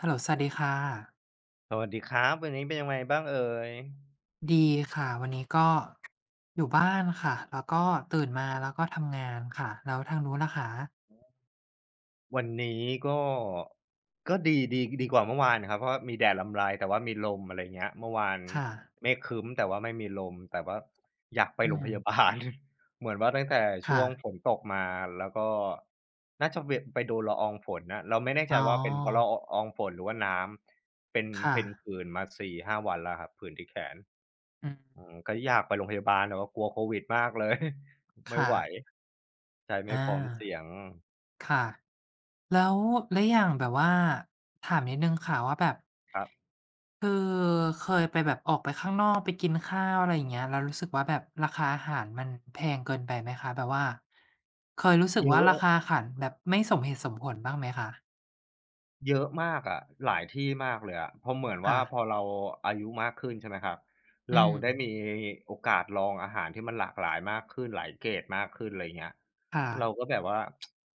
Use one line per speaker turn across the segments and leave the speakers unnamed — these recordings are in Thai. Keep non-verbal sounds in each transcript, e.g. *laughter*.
ฮัลโหลสวัสดีค่ะ
สวัสดีครับวันนี้เป็นยังไงบ้างเอ่ย
ดีค่ะ วันนี้ก็อยู่บ้านค่ะ แล้วก็ตื่นมาแล้วก็ทำงานค่ะ แล้วทางนู้นล่ะคะ
วันนี้ก็ก็ดีกว่าเมื่อวานครับเพราะว่ามีแดดรำไรแต่ว่ามีลมอะไรเงี้ยเมื่อวาน
ค่ะ
เมฆครึ้มแต่ว่าไม่มีลมแต่ว่าอยากไป
อื
โรงพยา
ม
บาล *laughs* เหมือนว่าตั้งแต่ช่
ค่ะ
วงฝนตกมาแล้วก็น่าจะเวะไปโดนละอองฝนน่ะเราไม่แน่ใจ
อ๋
ว่าเป็นเพราะ
อ
ละอองฝนหรือว่าน้ำเป็น
ค่ะ
เป็นผื่นมาสี่ห้าวันแล้วครับผื่นที่แขน
อืม
ก็อยากไปโรงพยาบาลแต่ว่ากลัวโควิดมากเลย *laughs* ไม่
ค่ะ
ไหว ใช้ไม่
อา
พร้อมเสียง
ค่ะแล้วแล้วอย่างแบบว่าถามนิดหนึ่งค่ะว่าแบบ
ครับ
คือเคยไปแบบออกไปข้างนอกไปกินข้าวอะไรอย่างเงี้ยแล้วรู้สึกว่าแบบราคาอาหารมันแพงเกินไปไหมคะแบบว่าเคยรู้สึก
เย
ว่า
อะ
ราคาอาหารแบบไม่สมเหตุสมผลบ้างไหมคะ
เยอะมากอะหลายที่มากเลยอะเพราะเหมือนว่า
ค่ะ
พอเราอายุมากขึ้นใช่ไหมครับ
อื
เรา
ม
ได้มีโอกาสลองอาหารที่มันหลากหลายมากขึ้นหลายเกรดมากขึ้นไรเงี้ย
ค่ะ
เราก็แบบว่า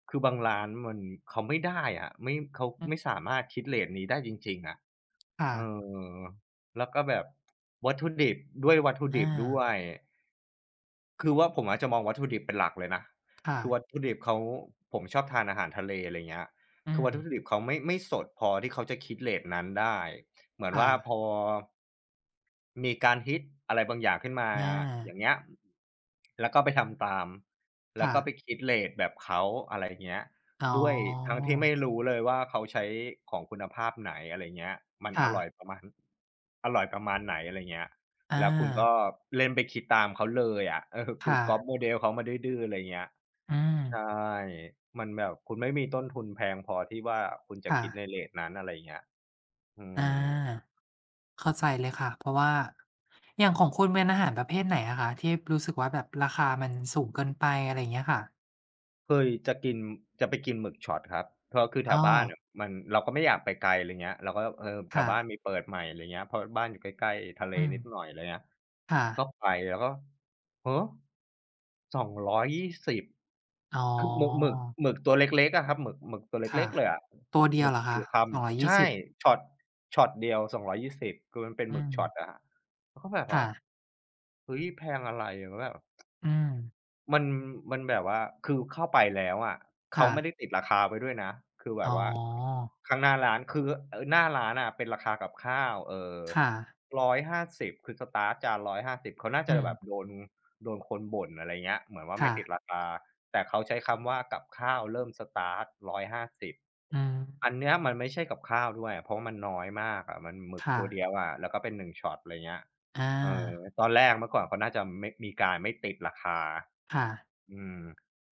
คือบางร้านมันเขาไม่ได้อะไม่เขา
อืม
ไม่สามารถคิดเรตนี้ได้จริงๆอะ
ค่ะ
เออแล้วก็แบบวัตถุดิบวัตถุดิ
อา
บด้วย คือว่าผมอาจจะมองวัตถุดิบเป็นหลักเลยนะ
ค่ะ
คือวัตถุดิบเขาผมชอบทานอาหารทะเลอะไรเงี้ย
อื
คือ
ม
วัตถุดิบเขาไม่สดพอที่เขาจะคิดเรตนั้นได้ เหมือนว่าพ
ค่ะ
อมีการฮิตอะไรบางอย่างขึ้นมา
อ
อ
า
ย่างเงี้ยแล้วก็ไปทำตาม แล้ว
ค่ะ
ก็ไปคิดเรตแบบเขาอะไรเงี้ย
อ๋อ
ด้วยทั้งที่ไม่รู้เลยว่าเขาใช้ของคุณภาพไหนอะไรเงี้ยมัน
ค่ะ
อร่อยประมาณไหนอะไรเงี้ย
อา
แล้วคุณก็เล่นไปคิดตามเขาเลยอะ *laughs* เออคือ
ค่ะ
ก๊อปโมเดลเขามาดื้อๆอะไรเงี้ย
อืม
ใช่มันแบบคุณไม่มีต้นทุนแพงพอที่ว่าคุณจะ
ค่ะ
คิดในเรตนั้นอะไรเงี้ยอื
อา
ม
เข้าใจเลยค่ะเพราะว่าอย่างของคุณเป็นอาหารประเภทไหนอะคะที่รู้สึกว่าแบบราคามันสูงเกินไปอะไรอย่างเงี้ยค่ะ
เคยจะกินจะไปกินหมึกช็อตครับเพราะคือแถว
อ้อ
บ้านอะมันเราก็ไม่อยากไปไกลอะไรเงี้ยเราก็เออแถวบ้านมี
ค่ะ
เปิดใหม่อะไรเงี้ยเพราะบ้านอยู่ใกล้ๆทะเล
อืม
นิดหน่อยอะไรเงี้ย
ค่ะ
ก็ไปแล้วก็ฮะ 2ิ0
อ๋อ
คือหมึกตัวเล็กๆอะครับหมึกตัวเล็
ค่ะ
กๆเลยอะ
ตัวเดี
ห
ย
มึ
ว
ก
เหร
พ
อ
อ
คะ
ดี
ส
ค
220อย
ำ
ยี่
ใช่
สิบ
ช็อตช็อตเดียว2ิ0คือมันเป็น
อื
หมึกช็อต
ม
อะครับเราก็แบบว่า
ค่ะ
เฮ้ยแพงอะไรเราก็แบบ
อืม
มันมันแบบว่าคือเข้าไปแล้วอะเขา
ค่ะ
ไม่ได้ติดราคาไว้ด้วยนะคือแบ
อ๋
บว่า
อ
ข้างหน้าร้านคือหน้าร้านอะเป็นราคากับข้าว
ค่ะ
150คือสตาร์ตจาน150เขาน่าจะ
อืม
แบบโดนคนบ่นอะไรเงี้ยเหมือนว่าไม่
ค่ะ
ติดราคาแต่เขาใช้คำว่ากับข้าวเริ่มสตาร์ต150
อืม
อันเนี้ยมันไม่ใช่กับข้าวด้วยเพราะมันน้อยมากอะมันหมึก
ค่ะ
ตัวเดียวอะแล้วก็เป็น1ช็อตอะไรเงี้ย
อา
เออตอนแรกเมื่อก่อนเขาน่าจะไม่มีการไม่ติดราคา
ค่ะ
อืม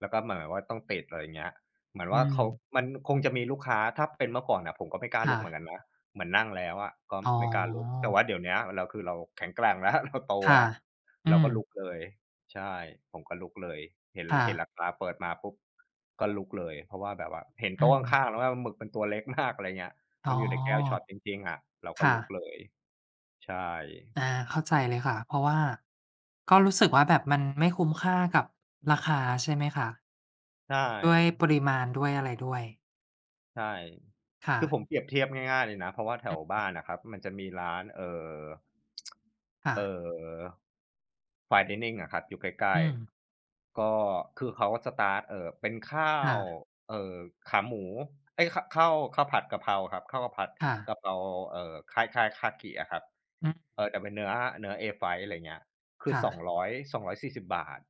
แล้วก็เหมือนแบบว่าต้องติดอะไรอย่างเงี้ยเหมือน
อื
ว่าเขา
ม
มันคงจะมีลูกค้าถ้าเป็นเมื่อก่อนน่ะผมก็ไม่กล้าลุก
ค่ะ
เหมือนกันนะเหมือนนั่งแล้วอะก็
อ๋อ
ไม่กล้าลุกแต่ว่าเดี๋ยวเนี้ยเราคือเราแข็งแกร่งแล้ว *laughs* เราโต
ค่ะ
แล้วเรา
อืม
ก็ลุกเลย ใช่ผมก็ลุกเลยเห็น
ค่ะ
เห็นราคาเปิดมาปุ๊บก็ลุกเลยเพราะว่าแบบว่าเห็น
อื
โต๊ะ
ม
ข้างๆแล้วว่าหมึกมันตัวเล็กมากอะไรเงี้ย
อ๋
มั
อ
นอยู่ในแก้วช็อตจริงๆอะเราก็
ค่ะ
ลุกเลยใช่
อาเข้าใจเลยค่ะเพราะว่าก็รู้สึกว่าแบบมันไม่คุ้มค่ากับราคาใช่ไหมคะ
ใช่
ด้วยปริมาณด้วยอะไรด้วย
ใช่
ค่ะ
คือผมเปรียบเทียบง่ายๆเลยนะ เพราะว่าแถ
อื
ว
ม
บ้านอะครับมันจะมีร้าน
ค่ะ
เอ่อ Fine Dining อะครับอยู่ใกล้
อืม
ๆ ก็คือเขาสตาร์ตเป็นข้าว
ค่ะ
เอ่อขาหมูเอ๊ยขข้าวข้าวผัดกะเพราครับข้าวผัด
ค่ะ
กะเพราคล้ายๆคากิอะครับ
อืม
เออแต่เป็นเนื้อ A5 อะไรเงี้ยคือ
ค่ะ
200 2ิ0บาท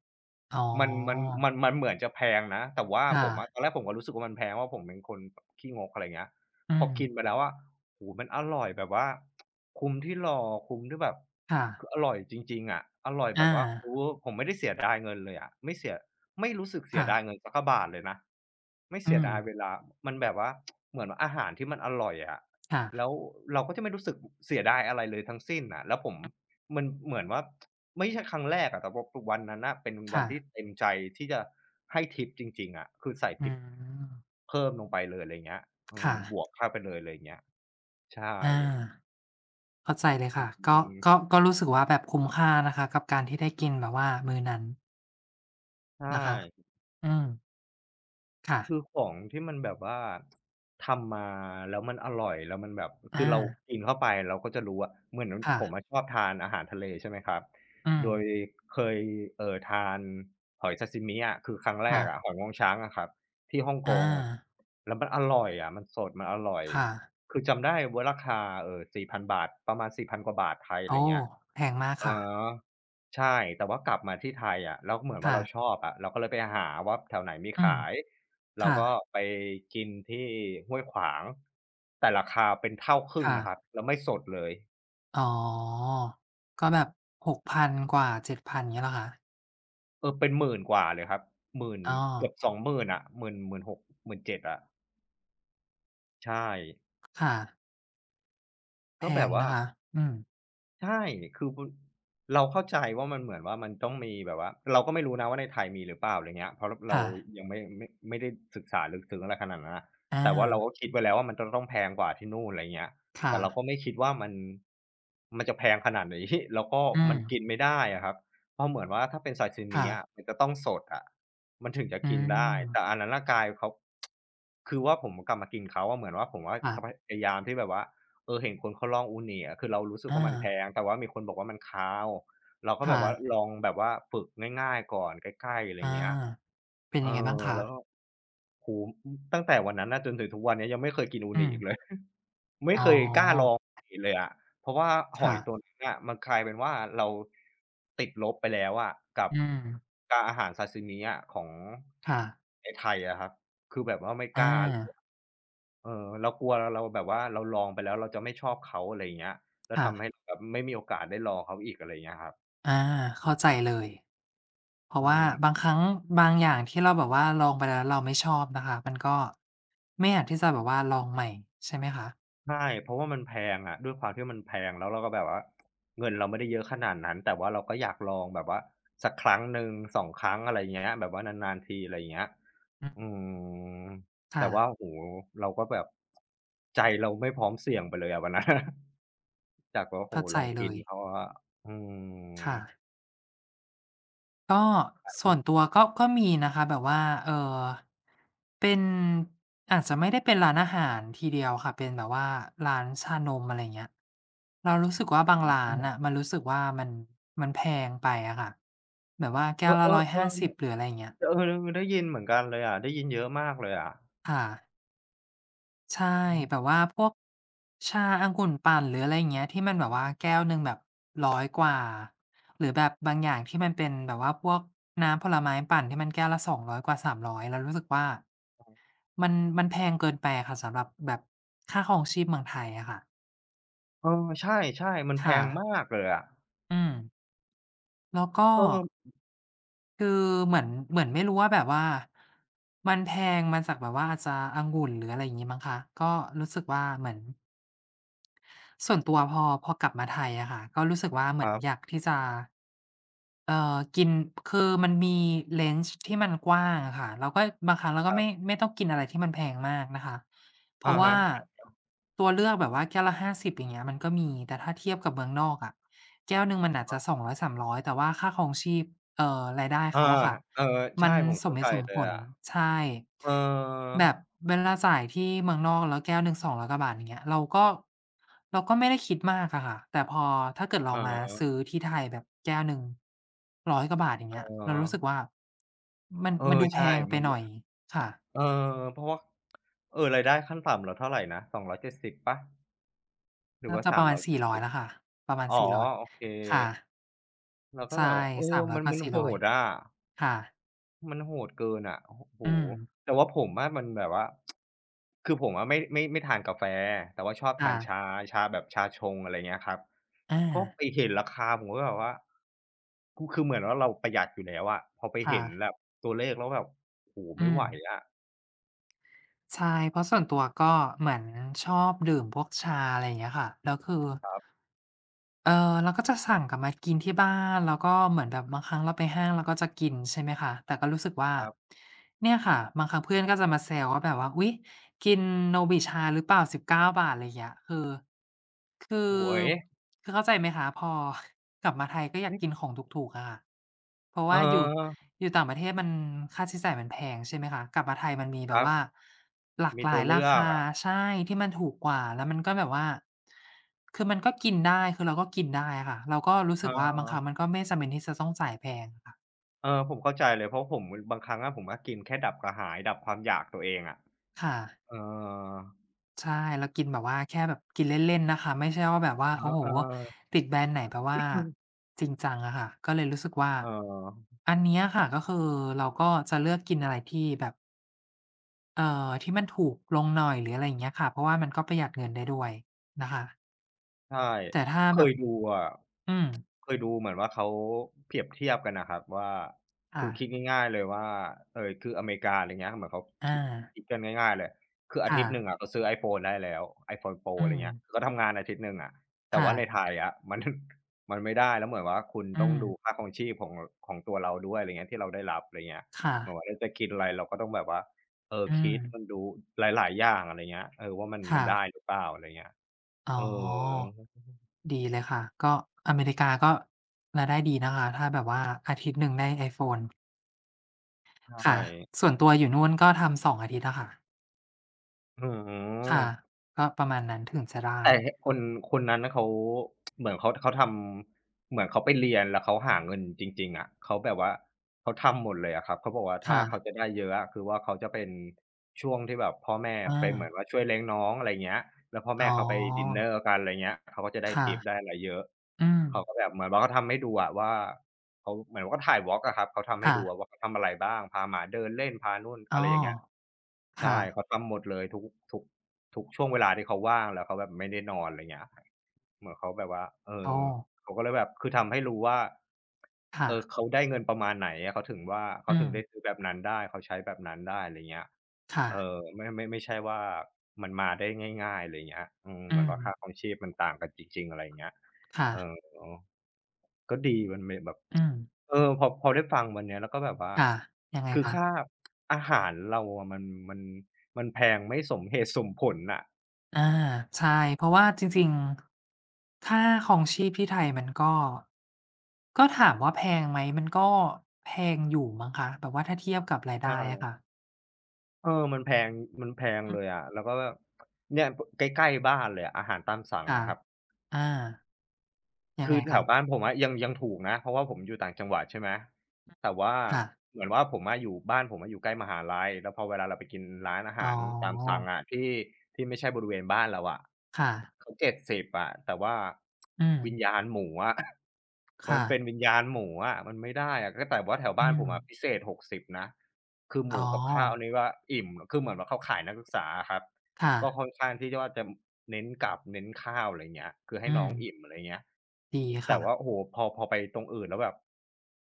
อ๋อ
มันเหมือนจะแพงนะแต่ว่าผ
ค่ะ
มอะตอนแรกผมก็รู้สึกว่ามันแพงเพราะผมเป็นคนแบบขี้งกอะไรเงี้ย
อื
พอ
ม
กินไปแล้วอะโอ้โฮมันอร่อยแบบว่าคุ้มที่รอคุ้มที่แบบ
ค่ะ
คืออร่อยจริงๆอะอร่อยแบบ
อา
ว่าเออผมไม่ได้เสียดายเงินเลยอะไม่เสียไม่รู้สึกเสียดายเงิ
ค่ะ
นสักกะบาทเลยนะไม่
อื
เสีย
ม
ดายเวลามันแบบว่าเหมือนอาหารที่มันอร่อยอะ
ค่ะ
แล้วเราก็จะไม่รู้สึกเสียดายอะไรเลยทั้งสิ้นน่ะแล้วผมมันเหมือนว่าไม่ใช่ครั้งแรกอะแต่ว่าปวันนั้นน่ะเป็นวัน
ค่ะ
ที่เต็มใจที่จะให้ทิปจริงๆอะคือใส่
อื
ทิป
ม
เพิ่มลงไปเลยอะไรอย่างเงี้ยอืม
ค่ะ
บวกเข้าไปเลยอะไรอย่างเงี้ยใช่
อาเข้าใจเลย
อื
ค่ะก็ก็
ม
ก็รู้สึกว่าแบบคุ้มค่านะคะกับการที่ได้กินแบบว่ามื้อนั้น
ใช
นะคะ
่
อืมค่ะ
คือของที่มันแบบว่าทำมาแล้วมันอร่อยแล้วมันแบบคือ
อา
เรากินเข้าไปเราก็จะรู้อะเหมือน
ค่ะ
ผมอะชอบทานอาหารทะเลใช่ไหมครับ
อืม
โดยเคยทานหอยซาซิมิอะคือครั้งแร
ค่ะ
กอะหอยงวงช้างอะครับที่ฮ่องก
อา
งแล้วมันอร่อยอะมันสดมันอร่อย
ค่ะ
คือจำได้ว่าราคา4,000 บาทประมาณ4,000กว่าบาทไทยอะไร
โอ้
เงี้ย
แพงมาก
อ๋
ค่ะ
อใช่แต่ว่ากลับมาที่ไทยอะแล้วเหมือนว่าเราช
ค่ะ
อบอะเราก็เลยไปหาว่าแถวไหนมี
อืม
ขาย เราก็
ค่ะ
ไปกินที่ห้วยขวางแต่ราคาเป็นเท่าครึ่ง
ค่ะ
นะครับแล้วไม่สดเลย
อ๋อ ก็แบบหกพันกว่า7,000เงี้ยเหรอคะ
เออเป็นหมื่นกว่าเลยครับหมื่น
อ้อ
เกือบสองหมื่นอะหมื่นหกหมื่นเจ็ดอะใช่
ค่ะแพ
ก็แบบ
ง
ว่า
นะคะอืม
ใช่คือคุณเราเข้าใจว่ามันเหมือนว่ามันต้องมีแบบว่าเราก็ไม่รู้นะว่าในไทยมีหรือเปล่าอะไรเงี้ยเพราะรเรา
ค่ะ
ยังไม่ได้ศึกษาลึกซึ้งอะไรขนาดนั้นนะแต่ว่าเรา
อา
ก็คิดไว้แล้วว่ามันจะต้องแพงกว่าที่นู่นอะไรเงี้ยแต่
ค่ะ
เราก็ไม่คิดว่ามันจะแพงขนาดนี้ *laughs* แล้วก็
อื
มัน
ม
กินไม่ได้อะครับเพราะเหมือนว่าถ้าเป็นซาชิมิ
ค่ะ
อะมันจะต้องสดอะมันถึงจะ
อื
กินได้แต่อั
ม
นนั้นน่ะกลายเขาคือว่าผมกลับมากินเขาอะเหมือนว่าผมว่า
ค่ะ
จะพยายามที่แบบว่า เออเห็นคนเขาลองอูนิอะคือเรารู้สึก
อา
ว่ามันแพงแต่ว่ามีคนบอกว่ามันคาวเราก็แบบ
ค่ะ
ว่าลองแบบว่าฝึกง่ายๆก่อนใกล้ๆอะไร
อา
เงี้ย
เป็น
เอ
ยังไงบ้าง
อ
คะ
แล้วก็โอ้โฮตั้งแต่วันนั้นน่ะจนถึงทุกวันนี้ยังไม่เคยกินอู
อื
นิ
ม
อีกเลย *laughs* ไม่
อ๋อ
เคยกล้าลองอูนิเลยอะเพราะว่าหอ
ค่ะ
ยตัวนั้นน่ะมันกลายเป็นว่าเราติดลบไปแล้วอะกับ
อืม
การอาหารซาซิมิอะของ
ค่ะ
ในไทยอะครับคือแบบว่าไม่ก
อา
ล้าเลย เออเรากลัวเราแบบว่าเราลองไปแล้วเราจะไม่ชอบเขาอะไรอย่างเงี้ยแล้วทำให้
ค่ะ
เราแบบไม่มีโอกาสได้ลองเขาอีกอะไรอย่างเงี้ยครับ
อาเข้าใจเลย เพ
อื
ราะว่า
ม
บางครั้งบางอย่างที่เราแบบว่าลองไปแล้วเราไม่ชอบนะคะมันก็ไม่อาจที่จะแบบว่าลองใหม่ใช่ไหมคะ
ใช่เพราะว่ามันแพงอะด้วยความที่มันแพงแล้วเราก็แบบว่าเงินเราไม่ได้เยอะขนาดนั้นแต่ว่าเราก็อยากลองแบบว่าสักครั้งหนึ่งสองครั้งอะไรอย่างเงี้ยแบบว่านานๆทีอะไรอย่างเงี้ย
อื
อื
ม
มแต่ว่า
ค่ะ
โอ้โฮเราก็แบบใจเราไม่พร้อมเสี่ยงไปเลยอะวันนั้น *laughs* จากว่าโอ้โฮ
เข้าใจ
ลอง
เล
กิน
ย
เขาอะอื
ค่ะ
ม
ก็ส่วนตัว
*unintelligible*
ก็มีนะคะแบบว่าอเป็นอาจจะไม่ได้เป็นร้านอาหารทีเดียวค่ะเป็นแบบว่าร้านชานมอะไรเงี้ยเรารู้สึกว่าบางร้านน่ะมันรู้สึกว่ามันแพงไปอะค่ะแบบว่า
เอ
แก้
อ
วละ
ๆ
150หาสิบหรืออะไรเงี้ย
ๆ เออได้ยินเหมือนกันเลยอะได้ยินเยอะมากเลยอะ
ค่ะ ใช่
อ้โ
แบบว่าพวกชาองุ่นปั่นหรืออะไรอย่างเงี้ยที่มันแบบว่าแก้วหนึ่งแบบ100กว่าหรือแบบบางอย่างที่มันเป็นแบบว่าพวกน้ำผลไม้ปั่นที่มันแก้วละ200กว่า300เรารู้สึกว่ามันแพงเกินไปอะค่ะสำหรับแบบค่าครองชีพเมืองไทยอะค่ะ
เออใช่ๆมันแพ
ค่ะ
งมากเลยอะ
อืมแล้วก็
เออ
คือเหมือนไม่รู้ว่าแบบว่ามันแพงมาจากแบบว่าอาจจะองุ่นหรืออะไรอย่างงี้มั้งคะก็รู้สึกว่าเหมือน ส่วนตัวพอกลับมาไทยอะค่ะก็รู้สึกว่าเห
ค
มือ
รั
นอยาก
บ
ที่จะกินคือมันมี range ที่มันกว้างอะค่ะเราก็บางครั้งเรา
ค
ก็
รั
ไม่
บ
ไม่ต้องกินอะไรที่มันแพงมากนะคะเพ
อะ
ราะ
ฮะ
ว่าตัวเลือกแบบว่าแก้วละ50อย่างเงี้ยมันก็มีแต่ถ้าเทียบกับเมืองนอกอะแก้วหนึ่งมันอาจจะ200-300แต่ว่าค่าครองชีพรายได้
อา
เขาอะค่ะ
เออใช่
มัน
ผม
สม
เข้า
เห
ใจ
ตุสม
เลย
ผล
อะ
ใช่
เออ
แบบเวลาจ่ายที่เมืองนอกแล้วแก้วหนึ่ง200กว่าบาทอย่างเงี้ยเราก็ไม่ได้คิดมากอะค่ะแต่พอถ้าเกิดเรา
อะ
มาซื้
ฮ
อที่ไทยแบบแก้วหนึ่ง100กว่าบาทอย่างเงี้ย
เ
เรารู้สึกว่ามัน
ออ
มันดูแพ
ใช่
งไป
มัน
หน่อยค่ะ
เออเพราะว่าเออรายได้ขั้นต่ำเราเท่าไรนะ270เจ็ดสิบเปล่าหรือ
น่า
ว่า
จะประมาณ400
370? อย
แล้ว
เจ็ด
ค่ะประ
สิบ
มาณ
อ๋อ
สี่ร้อย
โอเค
ค่ะ
เราก็
ใช่
แบบว่าเออมั
300
น
กว่า
มันโห
400
ดอะ
ค่ะ
มันโหดเกินอะโอ้โฮ
อืม
แต่ว่าผมอะมันแบบว่าคือผมอะไม่ทานกาแฟ แต่ว่าชอบทา
ค่ะ
นชาชาแบบชาชงอะไรเงี้ยครับก็
อา
ไปเห็นราคาผมก็แบบว่าคือเหมือนว่าเราประหยัดอยู่แล้วอะพอไป
ค่ะ
เห็นแบบตัวเลขแล้วแบบโอ้โฮ
อื
ไม่
ม
ไหวอะ
ใช่เพราะส่วนตัวก็เหมือนชอบดื่มพวกชาอะไรอย่างเงี้ยค่ะแล้วคือ เออเราก็จะสั่งกลับมากินที่บ้านแล้วก็เหมือนแบบบางครั้งเราไปห้างเราก็จะกินใช่ไหมคะแต่ก็รู้สึกว่า
ครับ
เนี่ยค่ะบางครั้งเพื่อนก็จะมาแซวว่าแบบว่าอุ๊ยกินโนบิชาหรือเปล่า฿ 19" อะไรอย่างเงี้ยคื
โ
อ
ย
คือเข้าใจไหมคะพอ *laughs* กลับมาไทยก็อยากกิน
น่
ของถูกๆอะค่ะเพราะ
เ
ว่าอยู่
ออ
อยู่ต่างประเทศมันค่าใช้จ่ายมันแพงใช่ไหมคะกลับมาไทยมันมี
ค
แบบ
รั
ว่า
บ
หลาก
มี
หลา
ตั
ย
วเลื
รา
อก
คา
อะ
ใช่ที่มันถูกกว่าแล้วมันก็แบบว่า คือมันก็กินได้คือเราก็กินได้อะค่ะเราก็รู้
เอ
สึกว่าบางครั้งมั
อ
นก็ไม่จำเป็นที่จะต้องจ่ายแพงอะค่ะ
เออผมเข้าใจเลยเพราะผมบางครั้งอะผมก็กินแค่ดับกระหายดับความอยากตัวเองอะ
ค่ะ
เออ
ใช่เรากินแบบว่าแค่แบบกินเล่นๆนะคะไม่ใช่ว่าแบบว่าโอ้โฮ
เออ
ติดแบรนด์ไหนแบบว่า
ๆ
จริงจังอะค่ะก็เลยรู้สึกว่า
เออ
อันเนี้ยค่ะก็คือเราก็จะเลือกกินอะไรที่แบบที่มันถูกลงหน่อยหรืออะไรอย่างเงี้ยค่ะเพราะว่ามันก็ประหยัดเงินได้ด้วยนะคะ
ใช่
แต่ถ้า
เค
แบบ
ยดูอะ
อืม
เคยดูเหมือนว่าเขาเปรียบเทียบกันน่ะครับว่าคื
ค่ะ
อคิดง่ายๆเลยว่าคืออเมริกาอะไรเงี้ยเหมือนเขาคิ
อา
ดคิดกันง่ายๆเลยคืออาทิ
ค่ะ
ตย์หนึ่งอะเราซื้อ iPhone ได้แล้ว iPhone Pro
อื
อะไร
ม
เงี้ยก็ทำงานอาทิตย์หนึ่งอะแต่
ค่ะ
ว่าในไทยอะ *laughs* มันไม่ได้แล้วเหมือนว่าคุณ
อื
ต้อง
ม
ดูค่าครองชีพของตัวเราด้วยอะไรเงี้ยที่เราได้รับอะไรเงี้ย
ค่ะ
เหมือนว่าเราจะกินอะไรเราก็ต้องแบบว่าเออ
อืม
คิดมันดูหลายๆอย่างอะไรเงี้ยเออว่ามันมัน
ค่ะ
ได้หรือเปล่าอะไรเงี้ย
อ๋อ
เออ
ดีเลยค่ะ ก็อเมริกาก็รายได้ดีนะคะถ้าแบบว่าอาทิตย์หนึ่งได้ iPhone
ใช่
ค่ะส่วนตัวอยู่นู่นก็ทำสองอาทิตย์อะค่ะ
อือ
ค่ะก็ประมาณนั้นถึงจะได้
แต่คนคนนั้นน่ะเขาเหมือนเขาทำเหมือนเขาไปเรียนแล้วเขาหาเงินจริงๆอะเขาแบบว่าเขาทำหมดเลยอะครับเขาบอกว่าถ้า
ค่ะ
เขาจะได้เยอะอะคือว่าเขาจะเป็นช่วงที่แบบพ่อแม่
อา
ไปเหมือนว่าช่วยเลี้ยงน้องอะไรเงี้ยแล้วพ่อ
อ๋
แม่
อ
เขาไปดินเนอร์กันอะไรเงี้ยเขาก็จะได้
ค่ะ
ทิปได้อะไรเยอะ
อืม
เขาก็แบบเหมือนว่าเขาทำให้ดูอะว่าเขาเหมือนว่าเขาถ่าย Vlog อะครับเขาทำให้ดูอะ
ค่ะ
ว่าเขาทำอะไรบ้างพาหมาเดินเล่นพานู่น
อ้
อะ
อ
ไรอย่างเงี้ย ใช่เขา
ค่ะ
ทำหมดเลยทุกทุกช่วงเวลาที่เขาว่างแล้วเขาแบบไม่ได้นอนอะไรเงี้ยเหมือนเขาแบบว่าเอ
อ้
อ
อ
เขาก็เลยแบบคือทำให้รู้ว่าเออ
ค่ะ
เขาได้เงินประมาณไหนอะเขาถึงว่าเขา
อื
ถึงได้
ม
ซื้อแบบนั้นได้เขาใช้แบบนั้นได้อะไรเงี้ยเอ
ค่ะ
อไม่ใช่ว่ามันมาได้ง่ายๆอะไรเงี้ยอืม
อื
เหมือน
ม
ว่าค่าครองชีพมันต่างกันจริงๆอะไรเงี้ย
ค่ะ
เออ ก็ดีมันไม่แบบ
อืม
เออพอได้ฟังวันเนี้ยแล้วก็แบบว่า
ค่ะยังไง
คือค่า
คะ
อาหารเราอะมันมันแพงไม่สมเหตุสมผลน่ะ
อาใช่เพราะว่าจริงๆค่าครองชีพที่ไทยมันก็ก็ถามว่าแพงไหมมันก็แพงอยู่มั้งคะแบบว่าถ้าเทียบกับรายได้อะ
ใช่
ค่ะ
เออมันแพงมันแพง
อื
เลย
ม
อะแล้วก็แบบเนี่ยใกล้ๆบ้านเลยอะอาหารตามสั่ง
ค่ะ
อะครับ
อายัง
คื
ไง
อแถ
คะ
วบ้านผมอะยังถูกนะเพราะว่าผมอยู่ต่างจังหวัดใช่ไหมแต่ว่า
ค่ะ
เหมือนว่าผมอะอยู่บ้านผมอะอยู่ใกล้มหาลัยแล้วพอเวลาเราไปกินร้านอา
อ๋
หา
อ
รตามสั่งอะที่ไม่ใช่บริเวณบ้านเราอะ
ค่ะ
เขา7บอะแต่ว่า
อืม
วิญญาณหมูอะ *laughs* มัน
ค่ะ
เป็นวิญญาณหมูอะมันไม่ได้อะก็แต่ว่าแถว
อื
บ้านผ
ม
มอะพิเศษหกสิ0นะคือห
อ๋
มูกับข้าว
อ
นี่ว่าอิ่มคือเหมือนว่าเขาขายนักศึกษาอะครับ ก็ค่
ค่ะ
อนข้างที่จะว่าจะเน้นกับเน้นข้าวอะไรเงี้ยคือให้
อื
น้
ม
องอิ่มอะไรเงี้ย
ดี
แต่ว่า
ค่ะ
โอ้โฮพอไปตรงอื่นแล้วแบบ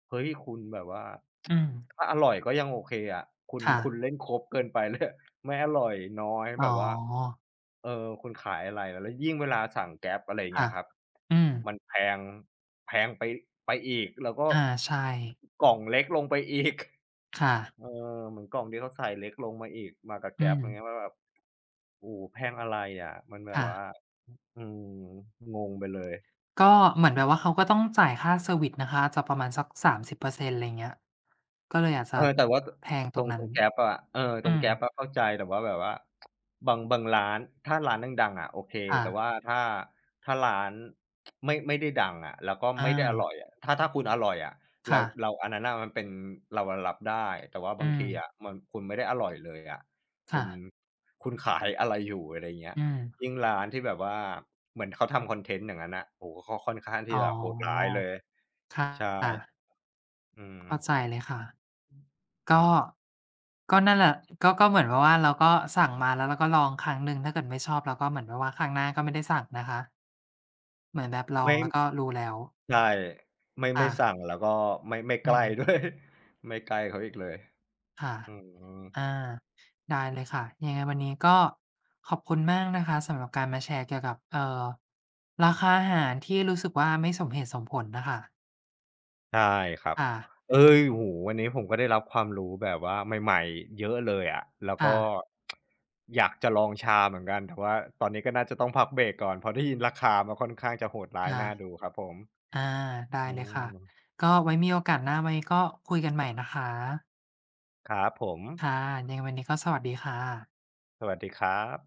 เฮ้ยคุณแบบว่า
อืม
ถ้าอร่อยก็ยังโอเคอะคุณ
ค่ะ
คุณเล่นครบเกินไปเลย *laughs* ไม่อร่อยน้อย
อ๋
แบบว่า
อ
เออคุณขายอะไรแล้วยิ่งเวลาสั่ง Grab อะไรเงี้
ค่ะ
ยครับ
อืม
มันแพงแพงไปไปอีกแล้วก็
อาใช่
กล่องเล็กลงไปอีก
ค่ะ
เออเหมือนกล่องที่เขาใส่เล็กลงมาอีกมากับ
อื
Grab
ม
อย่างเงี้ยว่าแบบโอ้โฮแพงอะไรอะมันแบบ
ค่ะ
ว่าอืมงงไปเลย
ก็เหมือนแบบว่าเขาก็ต้องจ่ายค่าเซอร์วิซนะคะจะประมาณสัก30%อะไรเงี้ยก็เลยอาจจะ
เออแต่ว่า
แพงต
ต
ร
ร
ง
งต
นั้
ร
น
ง Gap อะเออต
อื
รง
ม
Gap อะเข้าใจแต่ว่าแบบว่าบางร้านถ้าร้านดังๆอะโอเค
ค่ะ
แต่ว่าถ้าร้านไม่ได้ดังอะแล้วก็ไม่
อา
ได้อร่อยอะถ้าคุณอร่อยอะเรา
ค่ะ
เราอันนั้นน่ะมันเป็นเราอะรับได้แต่ว่า
อื
บาง
ม
ทีอะมันคุณไม่ได้อร่อยเลยอะคุ
ค่ะ
ณคุณขายอะไรอยู่อะไรอย่างเงี้ย
อืม
ยิ่งร้านที่แบบว่าเหมือนเขาทำคอนเทนต์อย่างนั้นน่ะโอ้โฮเขาค่อนข้างที่
อ๋อ
จะโหดร้ายเลย
ค่
ใช่
ะ
อืม
เข้าใจเลยค่ะ
อื
ก็
ม
ก็นั่นแหละก็ก็เหมือนแบบว่าเราก็สั่งมาแล้วเราก็ลองครั้งหนึ่งถ้าเกิดไม่ชอบเราก็เหมือนแบบว่าครั้งหน้าก็ไม่ได้สั่งนะคะเหมือนแบบลอง
ไม่
แล้วก็รู้แล้ว
ใช่ไม่
ค่ะ
สั่งแล้วก็ไม่ใก
อื
ล้ด้ว
ม
ย *laughs* ไม่ใกล้เขาอีกเลย
ค่ะ
อืม
อาได้เลยค่ะยังไงวันนี้ก็ขอบคุณมากนะคะสำหรับการมาแชร์เกี่ยวกับราคาอาหารที่รู้สึกว่าไม่สมเหตุสมผลน่ะค่ะ
ใช่ครับ
ค่ะ
เฮ้ยโอ้โฮวันนี้ผมก็ได้รับความรู้แบบว่าใหม่ๆเยอะเลยอะแล้วก็
ค่ะ
อยากจะลองชาเหมือนกันแต่ว่าตอนนี้ก็น่าจะต้องพักเบรกก่อนเพราะได้ยินราคามาค่อนข้างจะโหดร้ายน่าดู
ค่ะ
ครับผม
อาได้
อื
เลยค่ะ
ม
ก็ไว้มีโอกาสหน้าไว้ก็คุยกันใหม่นะคะ
ครับผม
ค่ะยังไงวันนี้ก็สวัสดีค่ะ
สวัสดีครับ